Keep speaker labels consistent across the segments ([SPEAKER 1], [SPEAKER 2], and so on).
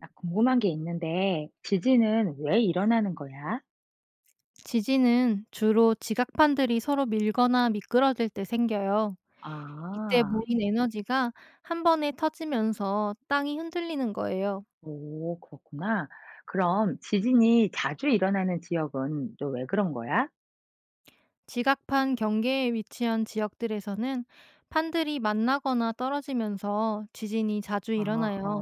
[SPEAKER 1] 나 궁금한 게 있는데, 지진은 왜 일어나는 거야?
[SPEAKER 2] 지진은 주로 지각판들이 서로 밀거나 미끄러질 때 생겨요. 이때
[SPEAKER 1] 아,
[SPEAKER 2] 모인 에너지가 한 번에 터지면서 땅이 흔들리는 거예요.
[SPEAKER 1] 오, 그렇구나. 그럼 지진이 자주 일어나는 지역은 또 왜 그런 거야?
[SPEAKER 2] 지각판 경계에 위치한 지역들에서는 판들이 만나거나 떨어지면서 지진이 자주
[SPEAKER 1] 아하,
[SPEAKER 2] 일어나요.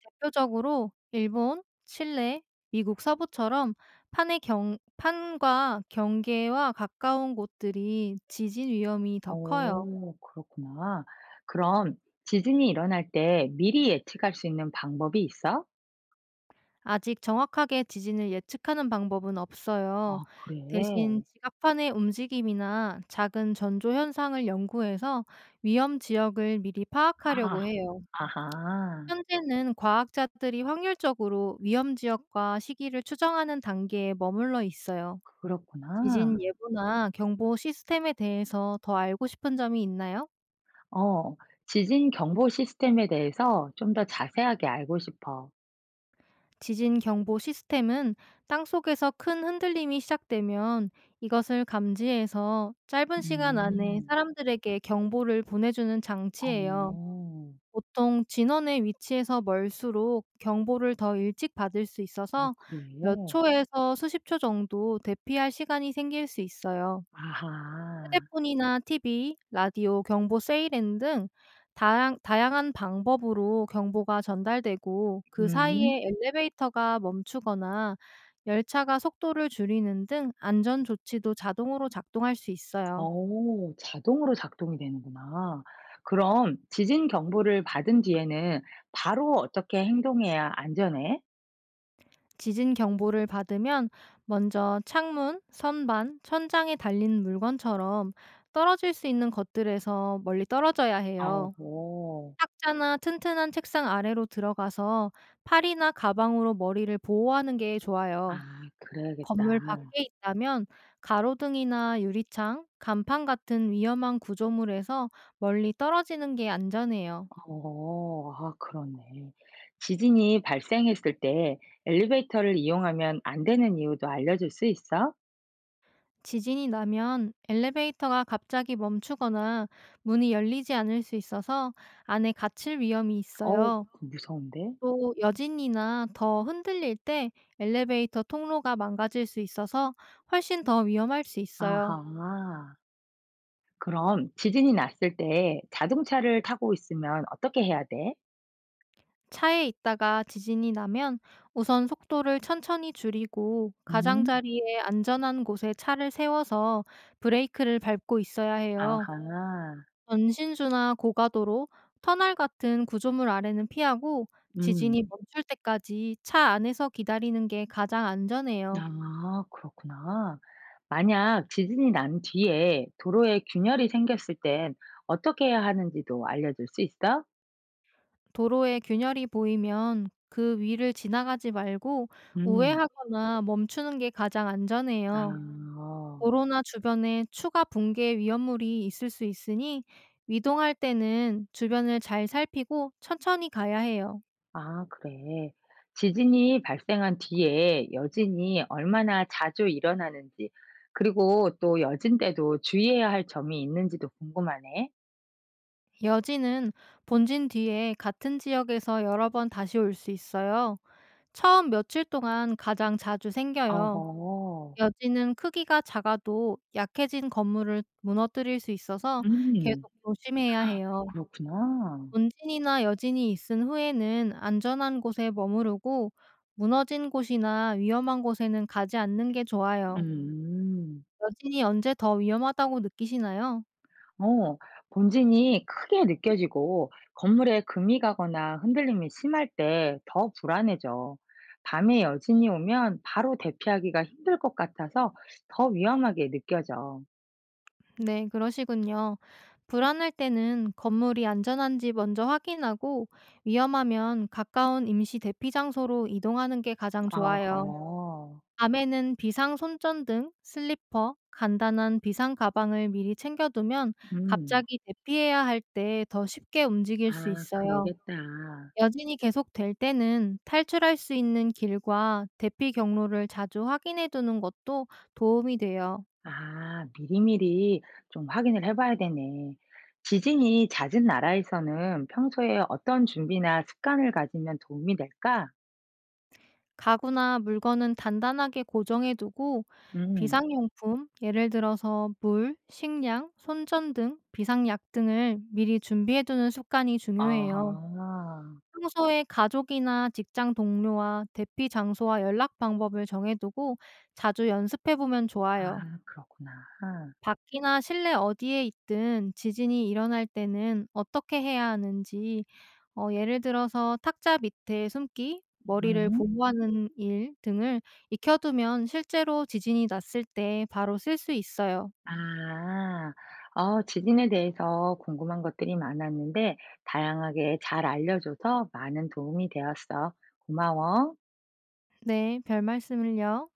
[SPEAKER 2] 대표적으로 일본, 칠레, 미국 서부처럼 판과 경계와 가까운 곳들이 지진 위험이 더 커요.
[SPEAKER 1] 오, 그렇구나. 그럼 지진이 일어날 때 미리 예측할 수 있는 방법이 있어?
[SPEAKER 2] 아직 정확하게 지진을 예측하는 방법은 없어요.
[SPEAKER 1] 아, 그래.
[SPEAKER 2] 대신 지각판의 움직임이나 작은 전조 현상을 연구해서 위험 지역을 미리
[SPEAKER 1] 아,
[SPEAKER 2] 파악하려고 해요.
[SPEAKER 1] 아하,
[SPEAKER 2] 현재는 과학자들이 확률적으로 위험 지역과 시기를 추정하는 단계에 머물러 있어요.
[SPEAKER 1] 그렇구나.
[SPEAKER 2] 지진 예보나 경보 시스템에 대해서 더 알고 싶은 점이 있나요?
[SPEAKER 1] 어, 지진 경보 시스템에 대해서 좀 더 자세하게 알고 싶어.
[SPEAKER 2] 지진 경보 시스템은 땅속에서 큰 흔들림이 시작되면 이것을 감지해서 짧은 시간 안에
[SPEAKER 1] 음.
[SPEAKER 2] 사람들에게 경보를 보내주는 장치예요.
[SPEAKER 1] 어.
[SPEAKER 2] 보통 진원의 위치에서 멀수록 경보를 더 일찍 받을 수
[SPEAKER 1] 아
[SPEAKER 2] 있어서 몇
[SPEAKER 1] 그래요?
[SPEAKER 2] 초에서 수십 초 정도 대피할 시간이 생길 수 있어요.
[SPEAKER 1] 아하.
[SPEAKER 2] 휴대폰이나 TV, 라디오, 경보 세이렌 등 다양한 방법으로 경보가 전달되고 그
[SPEAKER 1] 음.
[SPEAKER 2] 사이에 엘리베이터가 멈추거나 열차가 속도를 줄이는 등 안전 조치도 자동으로 작동할 수 있어요.
[SPEAKER 1] 어 자동으로 작동이 되는구나. 그럼 지진 경보를 받은 뒤에는 바로 어떻게 행동해야 안전해?
[SPEAKER 2] 지진 경보를 받으면 먼저 창문, 선반, 천장에 달린 물건처럼 떨어질 수 있는 것들에서 멀리 떨어져야 해요.
[SPEAKER 1] 어허.
[SPEAKER 2] 탁자나 튼튼한 책상 아래로 들어가서 팔이나 가방으로 머리를 보호하는 게 좋아요.
[SPEAKER 1] 아 그래야겠다.
[SPEAKER 2] 건물 밖에 있다면 가로등이나 유리창, 간판 같은 위험한 구조물에서 멀리 떨어지는 게 안전해요.
[SPEAKER 1] 어. 아 그렇네. 지진이 발생했을 때 엘리베이터를 이용하면 안 되는 이유도 알려줄 수 있어?
[SPEAKER 2] 지진이 나면 엘리베이터가 갑자기 멈추거나 문이 열리지 않을 수 있어서 안에 갇힐 위험이
[SPEAKER 1] 어우
[SPEAKER 2] 있어요.
[SPEAKER 1] 무서운데.
[SPEAKER 2] 또 여진이나 더 흔들릴 때 엘리베이터 통로가 망가질 수 있어서 훨씬 더 위험할 수 있어요.
[SPEAKER 1] 아하. 그럼 지진이 났을 때 자동차를 타고 있으면 어떻게 해야 돼?
[SPEAKER 2] 차에 있다가 지진이 나면 우선 속도를 천천히 줄이고
[SPEAKER 1] 음,
[SPEAKER 2] 가장자리에 안전한 곳에 차를 세워서 브레이크를 밟고 있어야 해요.
[SPEAKER 1] 아하.
[SPEAKER 2] 전신주나 고가도로, 터널 같은 구조물 아래는 피하고 지진이
[SPEAKER 1] 음,
[SPEAKER 2] 멈출 때까지 차 안에서 기다리는 게 가장 안전해요.
[SPEAKER 1] 아, 그렇구나. 만약 지진이 난 뒤에 도로에 균열이 생겼을 땐 어떻게 해야 하는지도 알려줄 수 있어?
[SPEAKER 2] 도로에 균열이 보이면 그 위를 지나가지 말고
[SPEAKER 1] 음,
[SPEAKER 2] 우회하거나 멈추는 게 가장
[SPEAKER 1] 아,
[SPEAKER 2] 안전해요.
[SPEAKER 1] 어,
[SPEAKER 2] 코로나 주변에 추가 붕괴 위험물이 있을 수 있으니 이동할 때는 주변을 잘 살피고 천천히 가야 해요.
[SPEAKER 1] 아, 그래. 지진이 발생한 뒤에 여진이 얼마나 자주 일어나는지, 그리고 또 여진 때도 주의해야 할 점이 있는지도 궁금하네.
[SPEAKER 2] 여진은 본진 뒤에 같은 지역에서 여러 번 다시 올 수 있어요. 처음 며칠 동안 가장 자주 생겨요.
[SPEAKER 1] 어허.
[SPEAKER 2] 여진은 크기가 작아도 약해진 건물을 무너뜨릴 수 있어서
[SPEAKER 1] 음.
[SPEAKER 2] 계속 조심해야 해요.
[SPEAKER 1] 그렇구나.
[SPEAKER 2] 원진이나 여진이 있은 후에는 안전한 곳에 머무르고 무너진 곳이나 위험한 곳에는 가지 않는 게
[SPEAKER 1] 음.
[SPEAKER 2] 좋아요.
[SPEAKER 1] 음.
[SPEAKER 2] 여진이 언제 더 위험하다고 느끼시나요?
[SPEAKER 1] 어 본진이 크게 느껴지고 건물에 금이 가거나 흔들림이 심할 때 더 불안해져. 밤에 여진이 오면 바로 대피하기가 힘들 것 같아서 더 위험하게 느껴져.
[SPEAKER 2] 네, 그러시군요. 불안할 때는 건물이 안전한지 먼저 확인하고 위험하면 가까운 임시 대피 장소로 이동하는 게 가장 좋아요.
[SPEAKER 1] 어허.
[SPEAKER 2] 밤에는 비상 손전등, 슬리퍼, 간단한 비상 가방을 미리 챙겨두면
[SPEAKER 1] 음.
[SPEAKER 2] 갑자기 대피해야 할 때 더 쉽게 움직일 수
[SPEAKER 1] 아
[SPEAKER 2] 있어요.
[SPEAKER 1] 그러겠다.
[SPEAKER 2] 여진이 계속될 때는 탈출할 수 있는 길과 대피 경로를 자주 확인해 두는 것도 도움이 돼요.
[SPEAKER 1] 아, 미리미리 좀 확인을 해봐야 되네. 지진이 잦은 나라에서는 평소에 어떤 준비나 습관을 가지면 도움이 될까?
[SPEAKER 2] 가구나 물건은 단단하게 고정해 두고
[SPEAKER 1] 음,
[SPEAKER 2] 비상용품, 예를 들어서 물, 식량, 손전등, 비상약 등을 미리 준비해 두는 습관이
[SPEAKER 1] 아,
[SPEAKER 2] 중요해요. 평소에 가족이나 직장 동료와 대피 장소와 연락 방법을 정해두고 자주 연습해 보면 좋아요.
[SPEAKER 1] 아, 그렇구나.
[SPEAKER 2] 밖이나 실내 어디에 있든 지진이 일어날 때는 어떻게 해야 하는지, 예를 들어서 탁자 밑에 숨기, 머리를
[SPEAKER 1] 음,
[SPEAKER 2] 보호하는 일 등을 익혀두면 실제로 지진이 났을 때 바로 쓸 수 있어요.
[SPEAKER 1] 아, 지진에 대해서 궁금한 것들이 많았는데, 다양하게 잘 알려줘서 많은 도움이 되었어. 고마워.
[SPEAKER 2] 네, 별 말씀을요.